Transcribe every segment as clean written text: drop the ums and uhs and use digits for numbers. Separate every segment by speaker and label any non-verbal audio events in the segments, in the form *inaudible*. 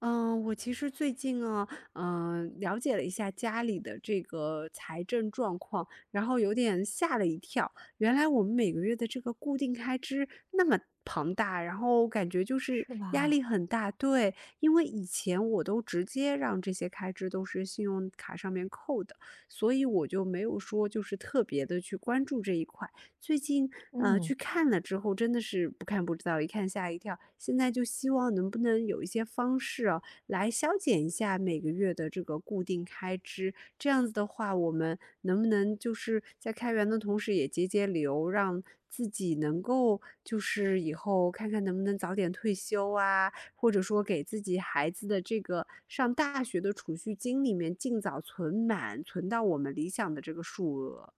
Speaker 1: 嗯，我其实最近啊，了解了一下家里的这个财政状况，然后有点吓了一跳。原来我们每个月的这个固定开支那么庞大，然后感觉就是
Speaker 2: 是
Speaker 1: 压
Speaker 2: 吧？
Speaker 1: 力很大。对，因为以前我都直接让这些开支都是信用卡上面扣的，所以我就没有说就是特别的去关注这一块。最近，去
Speaker 2: 嗯，
Speaker 1: 看了之后，真的是不看不知道，一看吓一跳。现在就希望能不能有一些方式啊，来消减一下每个月的这个固定开支。这样子的话，我们能不能就是在开源的同时也节流，让自己能够就是以后看看能不能早点退休啊，或者说给自己孩子的这个上大学的储蓄金里面尽早存满，存到我们理想的这个数额。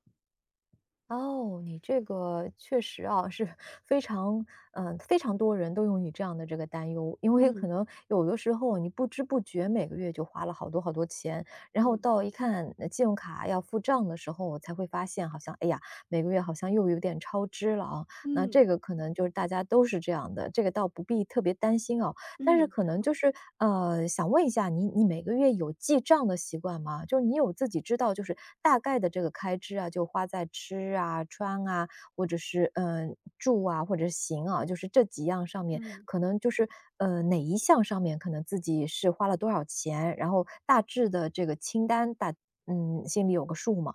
Speaker 2: 哦，你这个确实啊，是非常，非常多人都有你这样的这个担忧，因为
Speaker 1: 嗯
Speaker 2: 可能有的时候你不知不觉每个月就花了好多好多钱，然后
Speaker 1: 嗯。
Speaker 2: 到一看信用卡要付账的时候，我才会发现好像，哎呀，每个月好像又有点超支了啊。那
Speaker 1: 嗯。
Speaker 2: 这个可能就是大家都是这样的，这个倒不必特别担心啊。但是
Speaker 1: 嗯
Speaker 2: 可能就是，想问一下你，你每个月有记账的习惯吗？就是你有自己知道，就是大概的这个开支啊，就花在吃啊、穿啊，或者是住啊，或者是行啊，就是这几样上面，
Speaker 1: 嗯
Speaker 2: 可能就是哪一项上面可能自己是花了多少钱，然后大致的这个清单大，嗯，心里有个数嘛。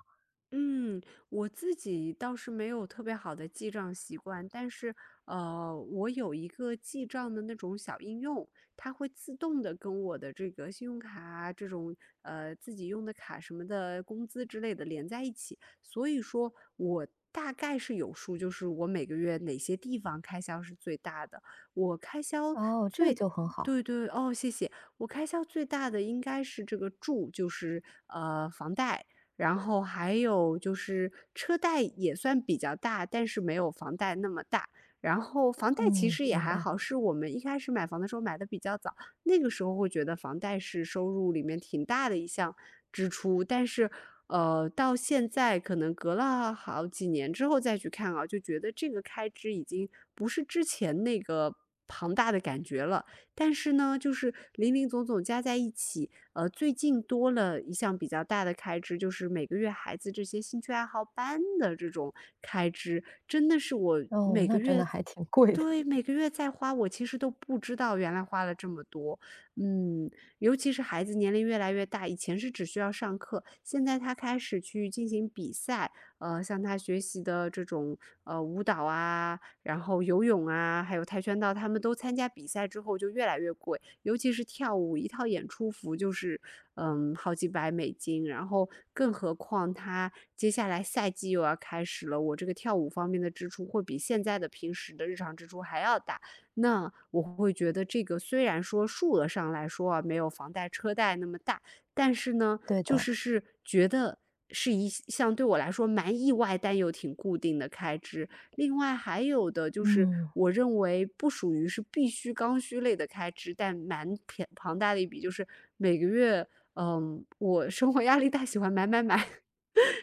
Speaker 1: 嗯，我自己倒是没有特别好的记账习惯，但是我有一个记账的那种小应用，它会自动的跟我的这个信用卡啊这种呃自己用的卡什么的工资之类的连在一起，所以说我大概是有数，就是我每个月哪些地方开销是最大的，我开销
Speaker 2: 哦，这个
Speaker 1: 最。
Speaker 2: 就很好，
Speaker 1: 对对哦，谢谢。我开销最大的应该是这个住，就是呃房贷，然后还有就是车贷也算比较大，但是没有房贷那么大。然后房贷其
Speaker 2: 嗯，
Speaker 1: 实也
Speaker 2: 明
Speaker 1: 还
Speaker 2: 白。
Speaker 1: 好，是我们一开始买房的时候买的比较早，那个时候会觉得房贷是收入里面挺大的一项支出，但是，到现在可能隔了好几年之后再去看啊，就觉得这个开支已经不是之前那个庞大的感觉了。但是呢，就是林林总总加在一起，最近多了一项比较大的开支，就是每个月孩子这些兴趣爱好班的这种开支，真的是我
Speaker 2: 哦，
Speaker 1: 每个
Speaker 2: 那真
Speaker 1: 月
Speaker 2: 的还挺贵的，
Speaker 1: 对，
Speaker 2: *laughs*
Speaker 1: 每个月在花，我其实都不知道原来花了这么多。嗯，尤其是孩子年龄越来越大，以前是只需要上课，现在他开始去进行比赛，像他学习的这种呃舞蹈啊，然后游泳啊，还有跆拳道，他们都参加比赛之后就越来越贵，尤其是跳舞，一套演出服就是，嗯，好几百美金，然后更何况他接下来赛季又要开始了，我这个跳舞方面的支出会比现在的平时的日常支出还要大。那我会觉得这个虽然说数额上来说啊，没有房贷、车贷那么大，但是呢，
Speaker 2: 对
Speaker 1: 就
Speaker 2: 的，
Speaker 1: 是是觉得是一项对我来说蛮意外但又挺固定的开支，另外还有的就是，
Speaker 2: 嗯，
Speaker 1: 我认为不属于是必须刚需类的开支，但蛮偏庞大的一笔，就是每个月，嗯，我生活压力大，喜欢买买买，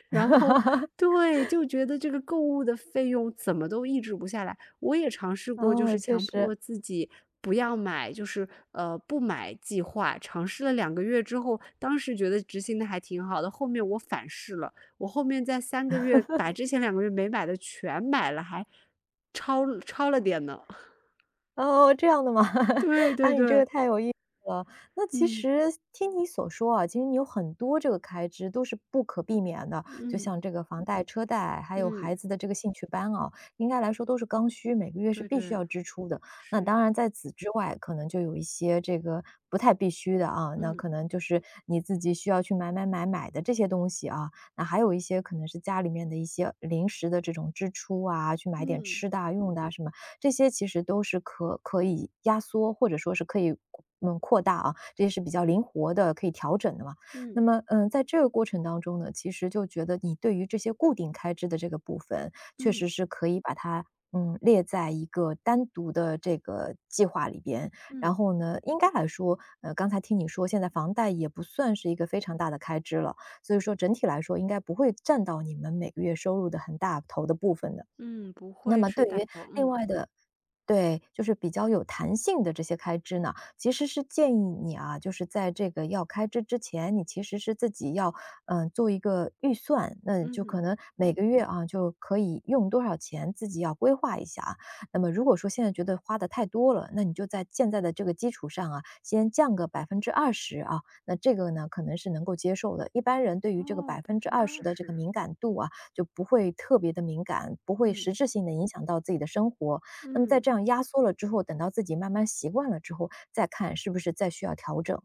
Speaker 1: 然后
Speaker 2: *laughs*
Speaker 1: 对，就觉得这个购物的费用怎么都抑制不下来。我也尝试过，就
Speaker 2: 哦，
Speaker 1: 是
Speaker 2: 确
Speaker 1: 强
Speaker 2: 实。
Speaker 1: 迫自己不要买，就是不买计划。尝试了两个月之后，当时觉得执行的还挺好的。后面我反噬了，我后面在3个月把之前两个月没买的全买了，还超了点呢。*laughs*
Speaker 2: 哦，这样的吗？*laughs*
Speaker 1: 对对
Speaker 2: 哎，你这
Speaker 1: 对，
Speaker 2: 个太有意思了。那其
Speaker 1: 嗯
Speaker 2: 实听你所说啊，其实你有很多这个开支都是不可避免的，就
Speaker 1: 嗯
Speaker 2: 像这个房贷、车贷，还有
Speaker 1: 嗯，
Speaker 2: 孩子的这个兴趣班啊，应该来说都是刚需，每个月是
Speaker 1: 对
Speaker 2: 必须要
Speaker 1: 对
Speaker 2: 支出的。那
Speaker 1: 是，
Speaker 2: 当然在此之外，可能就有一些这个不太必须的啊，那可
Speaker 1: 嗯
Speaker 2: 能就是你自己需要去买买买买的这些东西啊。那还有一些可能是家里面的一些临时的这种支出啊，去买点
Speaker 1: 嗯
Speaker 2: 吃的啊用的啊什么。这些其实都是可以压缩，或者说是可以扩大啊，这些是比较灵活的，可以调整的嘛。
Speaker 1: 嗯
Speaker 2: 那
Speaker 1: 嗯
Speaker 2: 么，嗯，在这个过程当中呢，其实就觉得你对于这些固定开支的这个部分，确实
Speaker 1: 嗯。
Speaker 2: 是可以把它列在一个单独的这个计划里边。然
Speaker 1: 嗯
Speaker 2: 后呢，应该来说，刚才听你说，现在房贷也不算是一个非常大的开支了，所以说整体来说应该不会占到你们每个月收入的很大头的部分的。
Speaker 1: 嗯，不
Speaker 2: 那
Speaker 1: 会
Speaker 2: 么
Speaker 1: 是
Speaker 2: 对
Speaker 1: 大
Speaker 2: 于
Speaker 1: 头，
Speaker 2: 另
Speaker 1: 嗯，
Speaker 2: 外的对，就是比较有弹性的这些开支呢，其实是建议你啊，就是在这个要开支之前，你其实是自己要，做一个预算，那就可
Speaker 1: 嗯。
Speaker 2: 能每个月啊，就可以用多少钱，自己要规划一下啊。那么如果说现在觉得花的太多了，那你就在现在的这个基础上啊，先降个百分之二十啊，那这个呢可能是能够接受的。一般人对于这个
Speaker 1: 哦
Speaker 2: 百
Speaker 1: 百
Speaker 2: 分之
Speaker 1: 分之
Speaker 2: 二十
Speaker 1: 二
Speaker 2: 的这个
Speaker 1: 十，
Speaker 2: 敏感度啊，就不会特别的敏感，不会
Speaker 1: 嗯，
Speaker 2: 实质性的影响到自己的生活。那么在
Speaker 1: 嗯。
Speaker 2: 这样压缩了之后，等到自己慢慢习惯了之后，再看是不是再需要调整。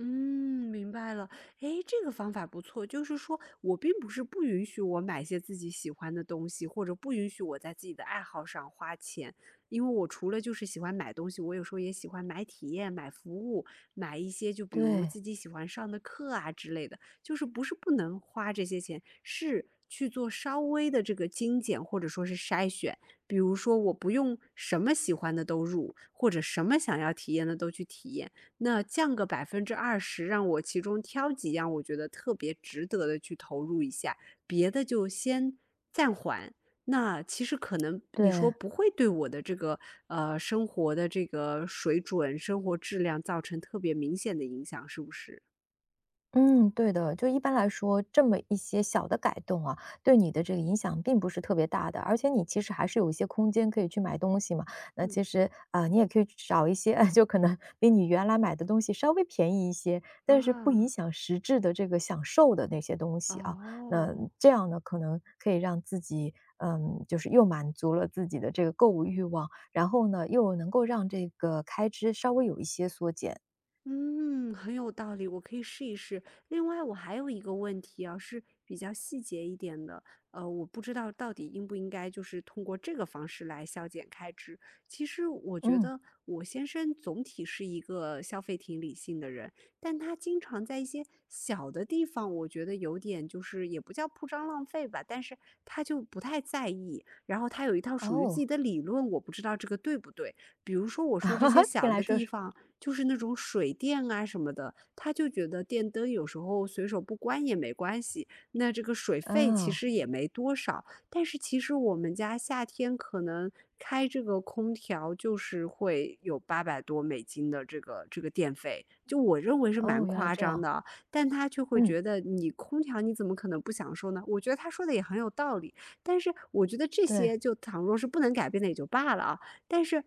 Speaker 1: 嗯，明白了。诶，这个方法不错，就是说我并不是不允许我买一些自己喜欢的东西，或者不允许我在自己的爱好上花钱，因为我除了就是喜欢买东西，我有时候也喜欢买体验、买服务、买一些就比如
Speaker 2: 对
Speaker 1: 自己喜欢上的课啊之类的，就是不是不能花这些钱，是去做稍微的这个精简或者说是筛选。比如说，我不用什么喜欢的都入，或者什么想要体验的都去体验。那降个百分之二十，让我其中挑几样我觉得特别值得的去投入一下，别的就先暂缓。那其实可能你说
Speaker 2: 对，
Speaker 1: 不会对我的这个生活的这个水准、生活质量造成特别明显的影响，是不是？
Speaker 2: 嗯，对的。就一般来说，这么一些小的改动啊，对你的这个影响并不是特别大的，而且你其实还是有一些空间可以去买东西嘛。那
Speaker 1: 嗯
Speaker 2: 其实你也可以去找一些，*laughs* 就可能比你原来买的东西稍微便宜一些，但是不影
Speaker 1: 啊，
Speaker 2: 响实质的这个享受的那些东西啊。那
Speaker 1: 哦，
Speaker 2: 这样呢，可能可以让自己，嗯，就是又满足了自己的这个购物欲望，然后呢，又能够让这个开支稍微有一些缩减。
Speaker 1: 嗯，很有道理，我可以试一试。另外，我还有一个问题啊，是比较细节一点的，我不知道到底应不应该就是通过这个方式来削减开支。其实我觉
Speaker 2: 嗯，
Speaker 1: 得我先生总体是一个消费挺理性的人，但他经常在一些小的地方，我觉得有点就是也不叫铺张浪费吧，但是他就不太在意。然后他有一套属于自己
Speaker 2: 哦，
Speaker 1: 的理论，我不知道这个对不对。比如说我说这些
Speaker 2: *laughs* 听
Speaker 1: 小
Speaker 2: 来
Speaker 1: 的
Speaker 2: 说
Speaker 1: 地
Speaker 2: 说
Speaker 1: 方。就是那种水电啊什么的，他就觉得电灯有时候随手不关也没关系，那这个水费其
Speaker 2: 啊，
Speaker 1: 实也没多少。但是其实我们家夏天可能开这个空调就是会有$800多的这个电费，就我认为是蛮
Speaker 2: 哦，原来
Speaker 1: 夸
Speaker 2: 这
Speaker 1: 张
Speaker 2: 样，
Speaker 1: 的啊但他却会
Speaker 2: 嗯，
Speaker 1: 觉得你空调你怎么可能不享受呢？我觉得他说的也很有道理，但是我觉得这
Speaker 2: 对，
Speaker 1: 些就倘若是不能改变的也就罢了啊，但是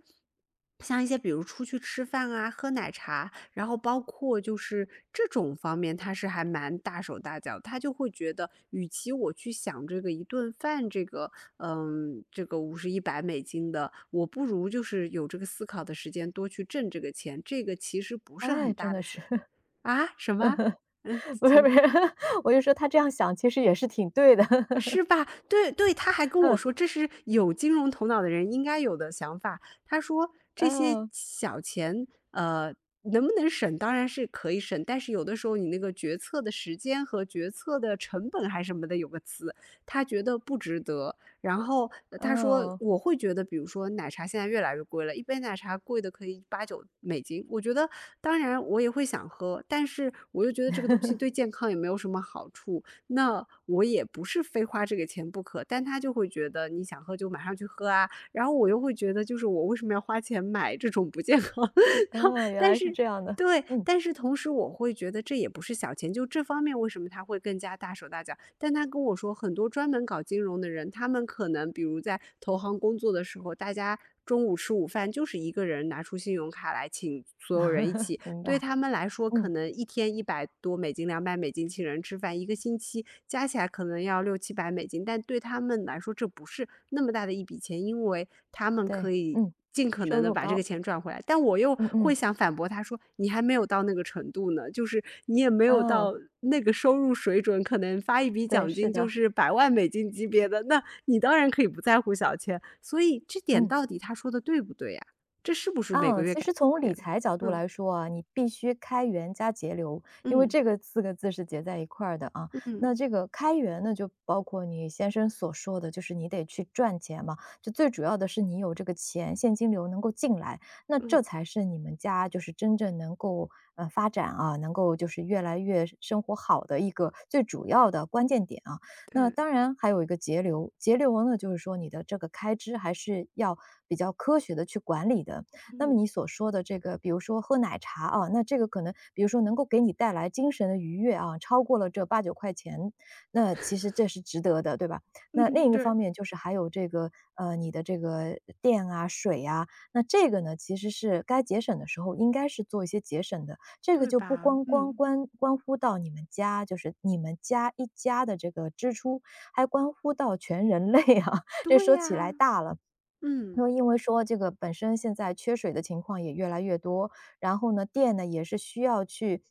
Speaker 1: 像一些比如出去吃饭啊、喝奶茶，然后包括就是这种方面，他是还蛮大手大脚，他就会觉得，与其我去想这个一顿饭这个，嗯，这个五十一百美金的，我不如就是有这个思考的时间，多去挣这个钱，这个其实不是很
Speaker 2: 哎，
Speaker 1: 大
Speaker 2: 真的
Speaker 1: 的
Speaker 2: 是，
Speaker 1: 钱
Speaker 2: *laughs*
Speaker 1: 啊？什么？嗯，
Speaker 2: 不是不
Speaker 1: 请
Speaker 2: 是，*laughs* 我就说他这样想其实也是挺对的，
Speaker 1: 是吧？对对，他
Speaker 2: *laughs*
Speaker 1: 还跟我
Speaker 2: 嗯，
Speaker 1: 说，这是有金融头脑的人应该有的想法。他说这些
Speaker 2: 哦，
Speaker 1: 小钱，能不能省，当然是可以省，但是有的时候你那个决策的时间和决策的成本还什么的有个词，他觉得不值得。然后他说，
Speaker 2: 哦，
Speaker 1: 我会觉得，比如说奶茶现在越来越贵了，一杯奶茶贵的可以$8到9。我觉得，当然我也会想喝，但是我又觉得这个东西对健康也没有什么好处。那我也不是非花这个钱不可，但他就会觉得你想喝就马上去喝啊，然后我又会觉得就是我为什么要花钱买这种不健康，*laughs* 然后
Speaker 2: 哦，原
Speaker 1: 但
Speaker 2: 来是
Speaker 1: 是
Speaker 2: 这样的，
Speaker 1: 对，
Speaker 2: 嗯，
Speaker 1: 但是同时我会觉得这也不是小钱，就这方面为什么他会更加大手大脚？但他跟我说，很多专门搞金融的人，他们可能比如在投行工作的时候，大家中午吃午饭就是一个人拿出信用卡来请所有人一
Speaker 2: *laughs*
Speaker 1: 起
Speaker 2: 明
Speaker 1: 对
Speaker 2: 白，
Speaker 1: 他们来说，可
Speaker 2: 嗯，
Speaker 1: 能一天$100多、$200请人吃饭一个星期加起来可能要$600到700，但对他们来说这不是那么大的一笔钱，因为他们可
Speaker 2: 对，
Speaker 1: 以
Speaker 2: 嗯，
Speaker 1: 尽可能
Speaker 2: 收
Speaker 1: 的
Speaker 2: 入
Speaker 1: 把这
Speaker 2: 高，
Speaker 1: 个钱赚回来。但我又
Speaker 2: 嗯
Speaker 1: 会
Speaker 2: 嗯，
Speaker 1: 想反驳他说：“你还没有到那个程度呢，就是你也没有
Speaker 2: 哦，
Speaker 1: 到那个收入水准，可能发一笔
Speaker 2: 对，
Speaker 1: 奖
Speaker 2: 是
Speaker 1: 金就
Speaker 2: 的，
Speaker 1: 是$1,000,000级别的，那你当然可以不在乎小钱。”所以这点
Speaker 2: 嗯。
Speaker 1: 到底他说的对不对呀？这是不是每个
Speaker 2: 啊，
Speaker 1: 月
Speaker 2: 其
Speaker 1: 改
Speaker 2: 实从
Speaker 1: 变
Speaker 2: 理
Speaker 1: 的？
Speaker 2: 财角度
Speaker 1: 嗯，
Speaker 2: 来说啊，你必须开源加节流，因为
Speaker 1: 嗯。
Speaker 2: 这个四个字是结在一块儿的啊。
Speaker 1: 嗯，
Speaker 2: 那这个开源呢，就包括你先生所说的，就是你得去赚钱嘛，就最主要的是你有这个钱，现金流能够进来，那
Speaker 1: 嗯，
Speaker 2: 这才是你们家就是真正能够发展啊，能够就是越来越生活好的一个最主要的关键点啊。那
Speaker 1: 对，
Speaker 2: 当然还有一个节流，节流呢，就是说你的这个开支还是要比较科学的去管理的。那么
Speaker 1: 嗯，
Speaker 2: 你所说的这个，比如说喝奶茶啊，那这个可能比如说能够给你带来精神的愉悦啊，超过了这八九块钱，那其实这是值得的，对吧？那另
Speaker 1: 嗯，
Speaker 2: 一个方
Speaker 1: 对，
Speaker 2: 面就是还有这个，你的这个电啊、水啊，那这个呢，其实是该节省的时候应该是做一些节省的。这个
Speaker 1: 对
Speaker 2: 就不
Speaker 1: 吧？
Speaker 2: 光光
Speaker 1: 嗯，
Speaker 2: 关乎到你们家，就是你们家一家的这个支出，还关乎到全人类啊，*laughs* 这
Speaker 1: 对
Speaker 2: 说起来
Speaker 1: 呀，
Speaker 2: 大了。那
Speaker 1: 嗯，
Speaker 2: 么，因为说这个本身现在缺水的情况也越来越多，然后呢，电呢也是需要去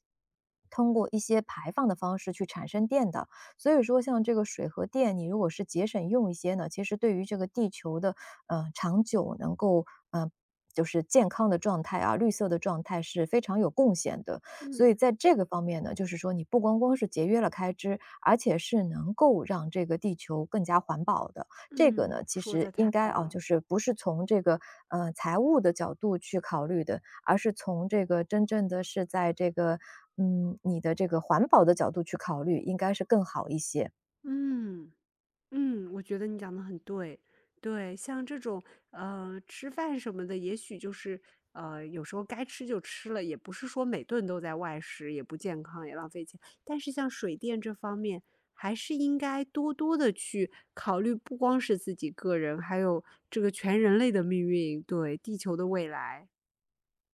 Speaker 2: 通过一些排放的方式去产生电的。所以说，像这个水和电，你如果是节省用一些呢，其实对于这个地球的长久能够嗯，就是健康的状态啊，绿色的状态是非常有贡献的。所
Speaker 1: 嗯，
Speaker 2: 以在这个方面呢，就是说你不光光是节约了开支，而且是能够让这个地球更加环保的。这个
Speaker 1: 嗯，
Speaker 2: 呢，其
Speaker 1: 说的
Speaker 2: 实应
Speaker 1: 太
Speaker 2: 该
Speaker 1: 好
Speaker 2: 啊，
Speaker 1: 了，
Speaker 2: 就是不是从这个财务的角度去考虑的，而是从这个真正的是在这个你的这个环保的角度去考虑，应该是更好一些。
Speaker 1: 嗯。嗯，我觉得你讲的很对。对，像这种，吃饭什么的，也许就是，有时候该吃就吃了，也不是说每顿都在外食，也不健康，也浪费钱。但是像水电这方面，还是应该多多的去考虑，不光是自己个人，还有这个全人类的命运，对，地球的未来。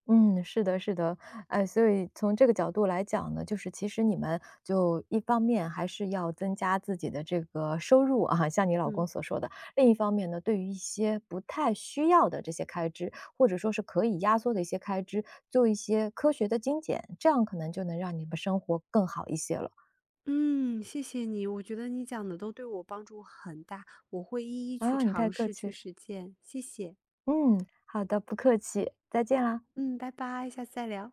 Speaker 2: 嗯，是的，是的，哎，所以从这个角度来讲呢，就是其实你们就一方面还是要增加自己的这个收入啊，像你老公
Speaker 1: 嗯，
Speaker 2: 所说的；另一方面呢，对于一些不太需要的这些开支，或者说是可以压缩的一些开支，做一些科学的精简，这样可能就能让你们生活更好一些了。
Speaker 1: 嗯，谢谢你，我觉得你讲的都对我帮助很大，我会一一去
Speaker 2: 啊，你太
Speaker 1: 尝
Speaker 2: 客
Speaker 1: 试
Speaker 2: 气
Speaker 1: 去
Speaker 2: 了，
Speaker 1: 实践，谢谢。
Speaker 2: 嗯，好的，不客气，再见啦。
Speaker 1: 嗯，拜拜，下次再聊。